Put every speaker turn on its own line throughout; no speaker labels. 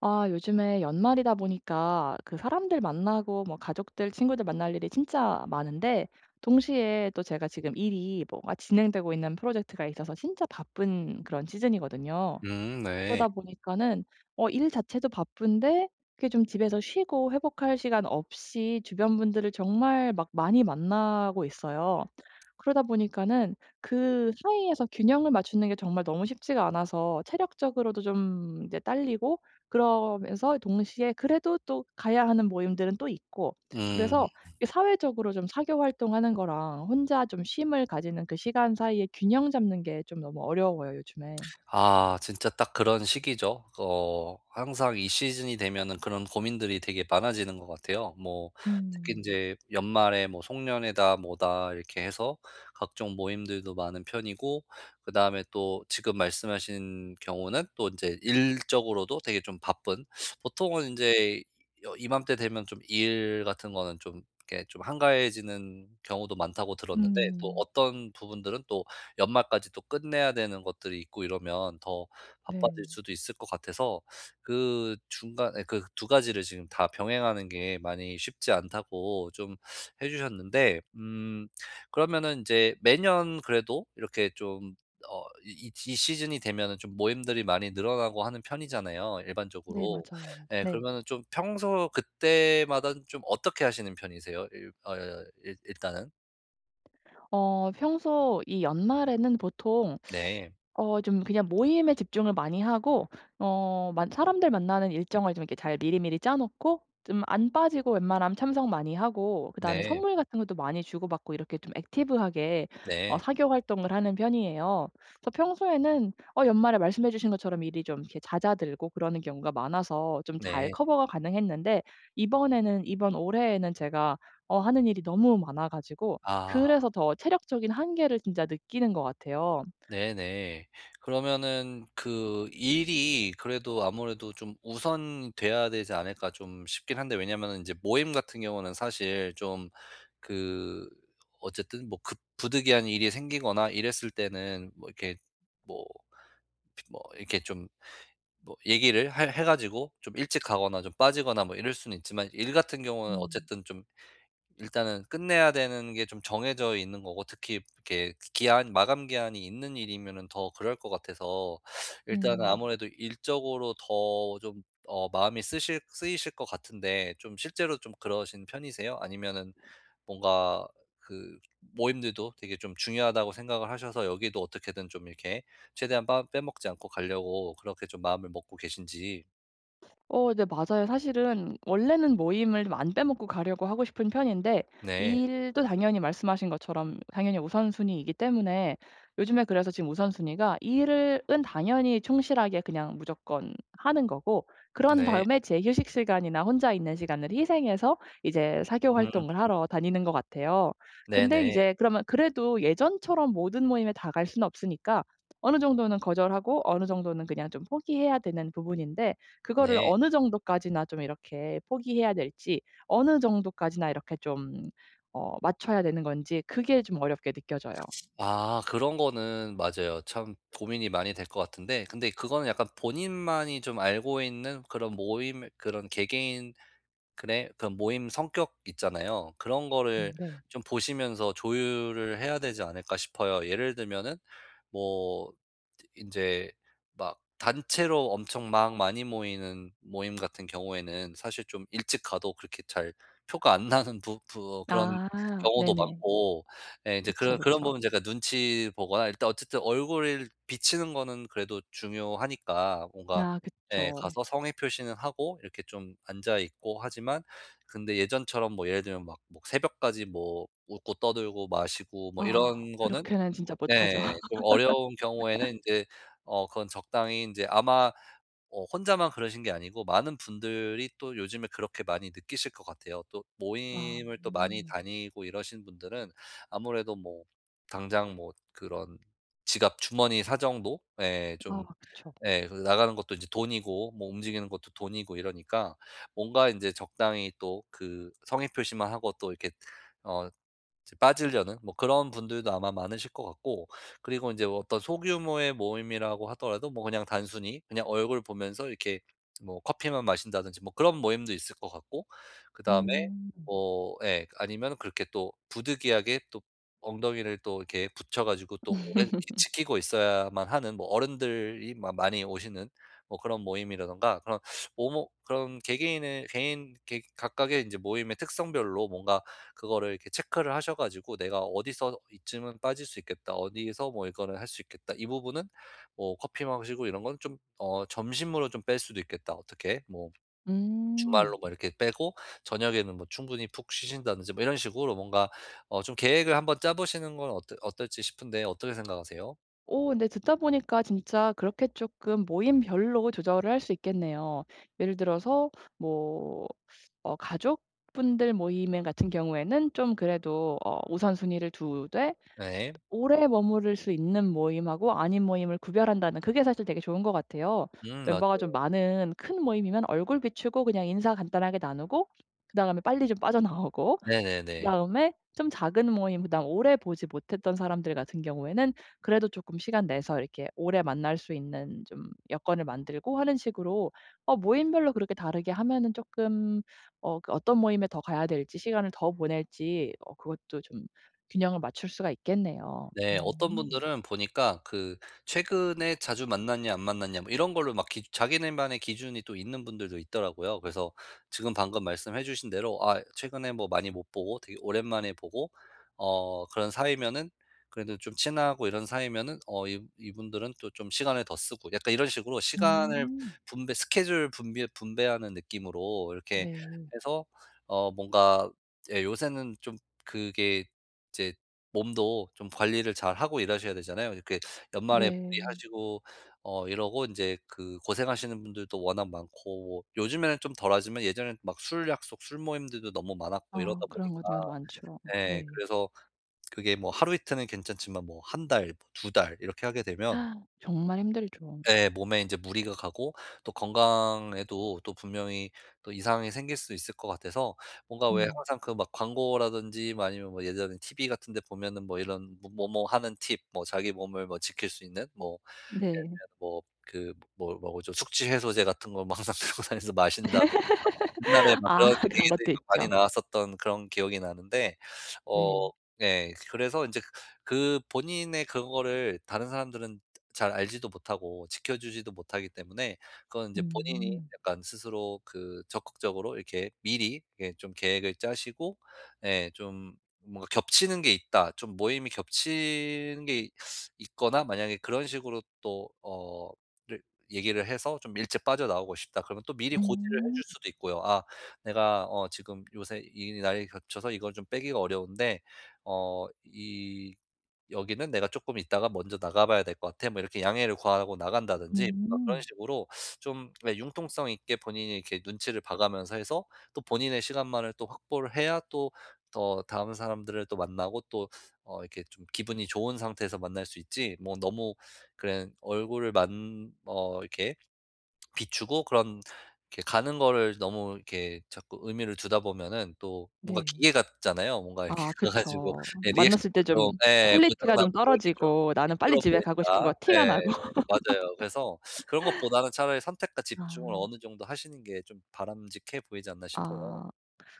아, 요즘에 연말이다 보니까 그 사람들 만나고 뭐 가족들, 친구들 만날 일이 진짜 많은데 동시에 또 제가 지금 일이 뭐가 진행되고 있는 프로젝트가 있어서 진짜 바쁜 그런 시즌이거든요.
네.
그러다 보니까는 일 자체도 바쁜데 그게 좀 집에서 쉬고 회복할 시간 없이 주변 분들을 정말 막 많이 만나고 있어요. 그러다 보니까는 그 사이에서 균형을 맞추는 게 정말 너무 쉽지가 않아서 체력적으로도 좀 이제 딸리고, 그러면서 동시에 그래도 또 가야 하는 모임들은 또 있고.
음.
그래서 이 사회적으로 좀 사교 활동하는 거랑 혼자 좀 쉼을 가지는 그 시간 사이에 균형 잡는 게 좀 너무 어려워요, 요즘에.
아 진짜 딱 그런 시기죠. 항상 이 시즌이 되면은 그런 고민들이 되게 많아지는 것 같아요. 뭐 특히 이
음.
제 연말에 뭐 송년회다 뭐다 이렇게 해서 각종 모임들도 많은 편이고, 그다음에 또 지금 말씀하신 경우는 또 이제 일적으로도 되게 좀 바쁜, 보통은 이제 여 이맘때 되면 좀 일 같은 거는 좀 이렇게 좀 한가해지는 경우도 많다고 들었는데, 또
음.
어떤 부분들은 또 연말까지 또 끝내야 되는 것들이 있고 이러면 더 바빠질
네.
수도 있을 것 같아서, 그 중간에 그 두 가지를 지금 다 병행하는 게 많이 쉽지 않다고 좀 해 주셨는데, 음. 그러면은 이제 매년 그래도 이렇게 좀 이 시즌이 되면은 좀 모임들이 많이 늘어나고 하는 편이잖아요,
네
일반적으로.
맞아요.
예,
네.
그러면은 좀 평소 그때마다 좀 어떻게 하시는 편이세요? 일 어 일 단은.
평소 이 연말에는 보통
네.
좀 그냥 모임에 집중을 많이 하고, 어 만 사람들 만나는 일정을 좀 이렇게 잘 미리미리 짜 놓고 좀 안 빠지고 웬만하면 참석 많이 하고, 그다음에
네.
선물 같은 것도 많이 주고받고 이렇게 좀 액티브하게
네.
사교 활동을 하는 편이에요. 그래서 평소에는 연말에 말씀해 주신 것처럼 일이 좀 이렇게 잦아들고 그러는 경우가 많아서 좀 잘
네.
커버가 가능했는데, 이번 올해에는 제가 하는 일이 너무 많아 가지고,
아
그래서 더 체력적인 한계를 진짜 느끼는 것 같아요.
네네. 그러면은 그 일이 그래도 아무래도 좀 우선 돼야 되지 않을까 좀 싶긴 한데, 왜냐면은 이제 모임 같은 경우는 사실 좀 그, 어쨌든 뭐 급 부득이한 일이 생기거나 이랬을 때는 뭐 이렇게 뭐 뭐 이렇게 좀 뭐 얘기를 해 가지고 좀 일찍 가거나 좀 빠지거나 뭐 이럴 수는 있지만, 일 같은 경우는
음.
어쨌든 좀 일단은 끝내야 되는 게 좀 정해져 있는 거고, 특히 이렇게 기한 마감 기한이 있는 일이면은 더 그럴 것 같아서, 일단은
음.
아무래도 일적으로 더 좀 어 마음이 쓰실 쓰이실 것 같은데, 좀 실제로 좀 그러신 편이세요? 아니면은 뭔가 그 모임들도 되게 좀 중요하다고 생각을 하셔서 여기도 어떻게든 좀 이렇게 최대한 빠 빼먹지 않고 가려고 그렇게 좀 마음을 먹고 계신지.
네 맞아요. 사실은 원래는 모임을 좀 안 빼먹고 가려고 하고 싶은 편인데,
네.
일도 당연히 말씀하신 것처럼 당연히 우선순위이기 때문에, 요즘에 그래서 지금 우선순위가 일은 당연히 충실하게 그냥 무조건 하는 거고, 그런
네.
다음에 제 휴식 시간이나 혼자 있는 시간을 희생해서 이제 사교
음.
활동을 하러 다니는 것 같아요. 근데
네네.
이제 그러면 그래도 예전처럼 모든 모임에 다 갈 수는 없으니까 어느 정도는 거절하고 어느 정도는 그냥 좀 포기해야 되는 부분인데, 그거를
네.
어느 정도까지나 좀 이렇게 포기해야 될지, 어느 정도까지나 이렇게 좀 맞춰야 되는 건지 그게 좀 어렵게 느껴져요.
아 그런 거는 맞아요. 참 고민이 많이 될 것 같은데, 근데 그거는 약간 본인만이 좀 알고 있는 그런 모임, 그런 개개인, 그래 그 모임 성격 있잖아요. 그런 거를
네.
좀 보시면서 조율을 해야 되지 않을까 싶어요. 예를 들면은, 뭐, 인제 막 단체로 엄청 막 많이 모이는 모임 같은 경우에는 사실 좀 일찍 가도 그렇게 잘 표가 안 나는, 그런
아
경우도
네네.
많고, 예 인제
그쵸,
그런
그쵸.
부분 제가 눈치 보거나 일단 어쨌든 얼굴을 비치는 거는 그래도 중요하니까 뭔가,
아
예.
그쵸.
가서 성의 표시는 하고 이렇게 좀 앉아 있고 하지만, 근데 예전처럼 뭐 예를 들면 막 뭐 새벽까지 뭐 웃고 떠들고 마시고 뭐
아,
이런 거는,
그렇게는 진짜 못하죠.
네, 좀 어려운 경우에는 인제 그건 적당히 인제 아마 혼자만 그러신 게 아니고 많은 분들이 또 요즘에 그렇게 많이 느끼실 것 같아요. 또
아
모임을 또 많이 다니고 이러신 분들은 아무래도 뭐 당장 뭐 그런 지갑 주머니 사정도 예
아
좀
그쵸.
예. 그 나가는 것도 이제 돈이고 뭐 움직이는 것도 돈이고 이러니까 뭔가 이제 적당히 또 그 성의 표시만 하고 또 이렇게 어 이제 빠지려는 뭐 그런 분들도 아마 많으실 것 같고, 그리고 이제 어떤 소규모의 모임이라고 하더라도 뭐 그냥 단순히 그냥 얼굴 보면서 이렇게 뭐 커피만 마신다든지 뭐 그런 모임도 있을 것 같고, 그다음에
음.
뭐 예 아니면 그렇게 또 부득이하게 또 엉덩이를 또 이렇게 붙여 가지고 또 오래 이렇게 지키고 있어야만 하는 뭐 어른들이 마 많이 오시는 뭐 그런 모임이라든가, 그런 모모 그런 개개인의 개인, 개 각각의 이제 모임의 특성별로 뭔가 그거를 이렇게 체크를 하셔가지고, 내가 어디서 이쯤은 빠질 수 있겠다, 어디서 뭐 이거는 할 수 있겠다, 이 부분은 뭐 커피 마시고 이런 건 좀, 어, 점심으로 좀 뺄 수도 있겠다, 어떻게 뭐
음.
주말로 뭐 이렇게 빼고 저녁에는 뭐 충분히 푹 쉬신다든지, 뭐 이런 식으로 뭔가 어, 좀 계획을 한번 짜보시는 건 어떨지 싶은데, 어떻게 생각하세요?
오, 근데 듣다 보니까 진짜 그렇게 조금 모임별로 조절을 할 수 있겠네요. 예를 들어서 뭐 가족분들 모임 같은 경우에는 좀 그래도 우선순위를 두되,
네.
오래 머무를 수 있는 모임하고 아닌 모임을 구별한다는 그게 사실 되게 좋은 것 같아요. 멤버가 좀
맞아요.
많은 큰 모임이면 얼굴 비추고 그냥 인사 간단하게 나누고 그다음에 빨리 좀 빠져나오고,
네네네.
그다음에 좀 작은 모임 그다음 오래 보지 못했던 사람들 같은 경우에는 그래도 조금 시간 내서 이렇게 오래 만날 수 있는 좀 여건을 만들고 하는 식으로, 모임별로 그렇게 다르게 하면은 조금 그 어떤 모임에 더 가야 될지 시간을 더 보낼지, 그것도 좀 균형을 맞출 수가 있겠네요.
네. 어떤
음.
분들은 보니까 그 최근에 자주 만났냐 안 만났냐 뭐 이런 걸로 막 기 자기네만의 기준이 또 있는 분들도 있더라고요. 그래서 지금 방금 말씀해 주신 대로, 아 최근에 뭐 많이 못 보고 되게 오랜만에 보고 그런 사이면은, 그래도 좀 친하고 이런 사이면은 어 이 이분들은 또 좀 시간을 더 쓰고 약간 이런 식으로 시간을
음.
분배, 스케줄 분배 분배하는 느낌으로 이렇게
네.
해서 어 뭔가, 예 요새는 좀 그게 이제 몸도 좀 관리를 잘하고 일하셔야 되잖아요. 이렇게 연말에
네.
무리하시고 이러고 인제 그 고생하시는 분들도 워낙 많고, 뭐 요즘에는 좀 덜하지만 예전에는 막 술 약속, 술 모임들도 너무 많았고
아,
이러다
그런
보니까,
것우도 많죠.
예
네.
그래서 그게 뭐 하루 이틀은 괜찮지만 뭐 한 달, 뭐 두 달 이렇게 하게 되면,
정말 힘들죠.
예, 몸에 이제 무리가 가고 또 건강에도 또 분명히 또 이상이 생길 수 있을 것 같아서, 뭔가 왜
음.
항상 그 막 광고라든지 뭐 아니면 뭐 예전에 TV 같은 데 보면은 뭐 이런 뭐 뭐뭐 하는 팁, 뭐 자기 몸을 뭐 지킬 수 있는 뭐 예를
네.
들면 뭐그뭐 뭐 뭐죠, 숙취 해소제 같은 거 막 항상 들고 다니면서 마신다, 옛날에 막
아,
그런
그런
얘기들이
것도
막 많이
있죠.
나왔었던 그런 기억이 나는데 어,
네.
네, 그래서 인제 그 그 본인의 그거를 다른 사람들은 잘 알지도 못하고 지켜주지도 못하기 때문에 그건 인제 본인이
음.
약간 스스로 그 적극적으로 이렇게 미리 예 좀 계획을 짜시고, 예 좀 뭔가 겹치는 게 있다, 좀 모임이 겹치는 게 있거나 만약에 그런 식으로 또어를 얘기를 해서 좀 일찍 빠져나오고 싶다, 그러면 또 미리 고지를 해
음.
줄 수도 있고요. "아 내가 어 지금 요새 이 날이 겹쳐서 이걸 좀 빼기가 어려운데 어 이 여기는 내가 조금 있다가 먼저 나가 봐야 될 것 같아." 뭐 이렇게 양해를 구하고 나간다든지 뭔가 그런
음.
식으로 좀 네, 융통성 있게 본인이 이렇게 눈치를 봐가면서 해서 또 본인의 시간만을 또 확보를 해야 또 더 다음 사람들을 또 만나고 또 이렇게 좀 기분이 좋은 상태에서 만날 수 있지, 뭐 너무 그런 얼굴을 만 어 이렇게 비추고 그런, 이렇게 가는 거를 너무 이렇게 자꾸 의미를 두다 보면은 또 뭔가
네.
기계 같잖아요. 뭔가 이렇게
아
가 가지고
그쵸. 음.
예
만났을
리액션도
때
좀
좀
예 고장
퀄리티가 좀
나고 또 이렇게 좀
떨어지고 나는 빨리
힘들어
집에 가고 싶은 거
보인다.
티가
예.
나고.
맞아요. 그래서 그런 것보다는 차라리 선택과 집중을
아.
어느 정도 하시는 게 좀 바람직해 보이지 않나 싶어요.
아.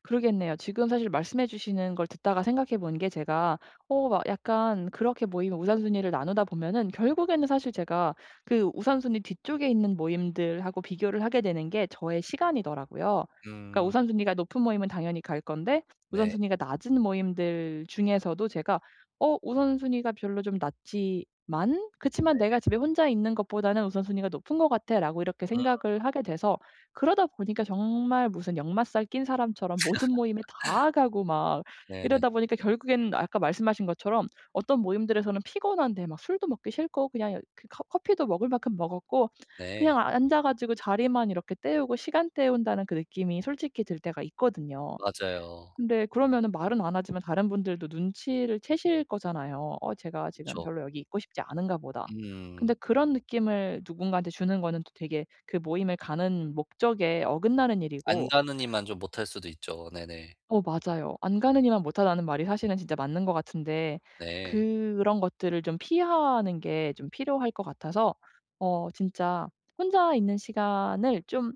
그러겠네요. 지금 사실 말씀해 주시는 걸 듣다가 생각해 본 게, 제가 막 약간 그렇게 모임 우선순위를 나누다 보면은 결국에는 사실 제가 그 우선순위 뒤쪽에 있는 모임들하고 비교를 하게 되는 게 저의 시간이더라고요. 그러니까
음.
우선순위가 높은 모임은 당연히 갈 건데,
네.
우선순위가 낮은 모임들 중에서도 제가 우선순위가 별로 좀 낮지만 그치만 내가 집에 혼자 있는 것보다는 우선순위가 높은 것 같아라고 이렇게
음
생각을 하게 돼서, 그러다 보니까 정말 무슨 역마살 낀 사람처럼 모든 모임에 다 가고 막
네네.
이러다 보니까, 결국에는 아까 말씀하신 것처럼 어떤 모임들에서는 피곤한데 막 술도 먹기 싫고 그냥 그 커 커피도 먹을 만큼 먹었고 그냥
네.
앉아 가지고 자리만 이렇게 때우고 시간 때운다는 그 느낌이 솔직히 들 때가 있거든요.
맞아요.
근데 그러면은 말은 안 하지만 다른 분들도 눈치를 채실 거잖아요. '어, 제가 지금
그쵸.
별로 여기 있고 싶지 않은가 보다.' 근데
음.
그런 느낌을 누군가한테 주는 거는 또 되게 그 모임을 가는 목적에 어긋나는
안
일이고.
가느니만 좀 못할 수도 있죠. 네네.
맞아요. "안 가는 이만 못하다."는 말이 사실은 진짜 맞는 것 같은데,
네.
그런 것들을 좀 피하는 게 좀 필요할 것 같아서 진짜 혼자 있는 시간을 좀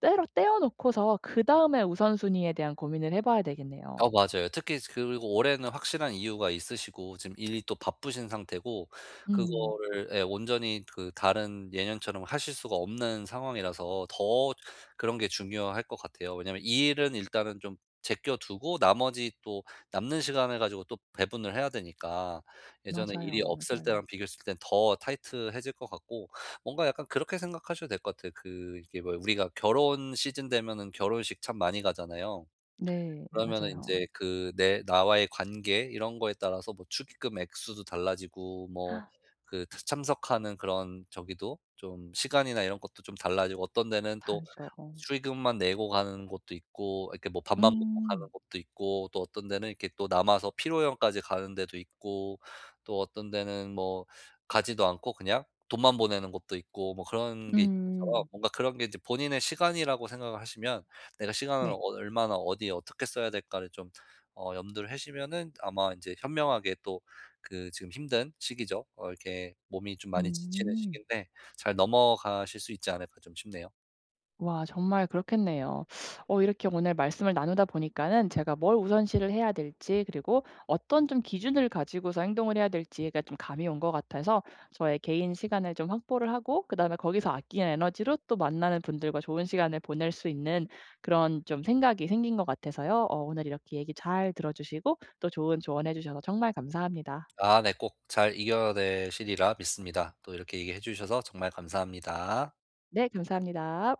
때려 떼어 놓고서 그다음에 우선순위에 대한 고민을 해 봐야 되겠네요.
어 맞아요. 특히 그리고 올해는 확실한 이유가 있으시고 지금 일이 또 바쁘신 상태고,
음.
그거를 예 온전히 그 다른 예년처럼 하실 수가 없는 상황이라서 더 그런 게 중요할 것 같아요. 왜냐면 이 일은 일단은 좀 제껴 두고 나머지 또 남는 시간을 가지고 또 배분을 해야 되니까, 예전에 일이
맞아요,
없을
맞아요.
때랑 비교했을 땐 더 타이트해질 것 같고, 뭔가 약간 그렇게 생각하셔도 될 것 같아요. 그 이게 뭐 우리가 결혼 시즌 되면은 결혼식 참 많이 가잖아요.
네
그러면은
맞아요.
인제 그 내 나와의 관계 이런 거에 따라서 뭐 축의금 액수도 달라지고, 뭐 그 차 참석하는 그런 저기도 좀 시간이나 이런 것도 좀 달라지고, 어떤 데는 또
다르죠.
축의금만 내고 가는 곳도 있고, 이렇게 뭐 밥만 먹고 가는
음.
곳도 있고, 또 어떤 데는 이렇게 또 남아서 피로연까지 가는 데도 있고, 또 어떤 데는 뭐 가지도 않고 그냥 돈만 보내는 곳도 있고, 뭐 그런 게 있는 것처럼
음.
뭔가 그런 게 이제 본인의 시간이라고 생각을 하시면, 내가 시간을 어
네.
얼마나 어디에 어떻게 써야 될까를 좀 어 염두를 해시면은 아마 이제 현명하게 또 그 지금 힘든 시기죠. 어 이렇게 몸이 좀 많이 지치는
음.
시기인데 잘 넘어가실 수 있지 않을까 좀 싶네요.
와, 정말 그렇겠네요. 이렇게 오늘 말씀을 나누다 보니까는 제가 뭘 우선시를 해야 될지, 그리고 어떤 좀 기준을 가지고서 행동을 해야 될지가 좀 감이 온 것 같아서, 저의 개인 시간을 좀 확보를 하고 그다음에 거기서 아끼는 에너지로 또 만나는 분들과 좋은 시간을 보낼 수 있는 그런 좀 생각이 생긴 것 같아서요. 오늘 이렇게 얘기 잘 들어 주시고 또 좋은 조언해 주셔서 정말 감사합니다.
아 네. 꼭 잘 이겨내시리라 믿습니다. 또 이렇게 얘기해 주셔서 정말 감사합니다.
네 감사합니다.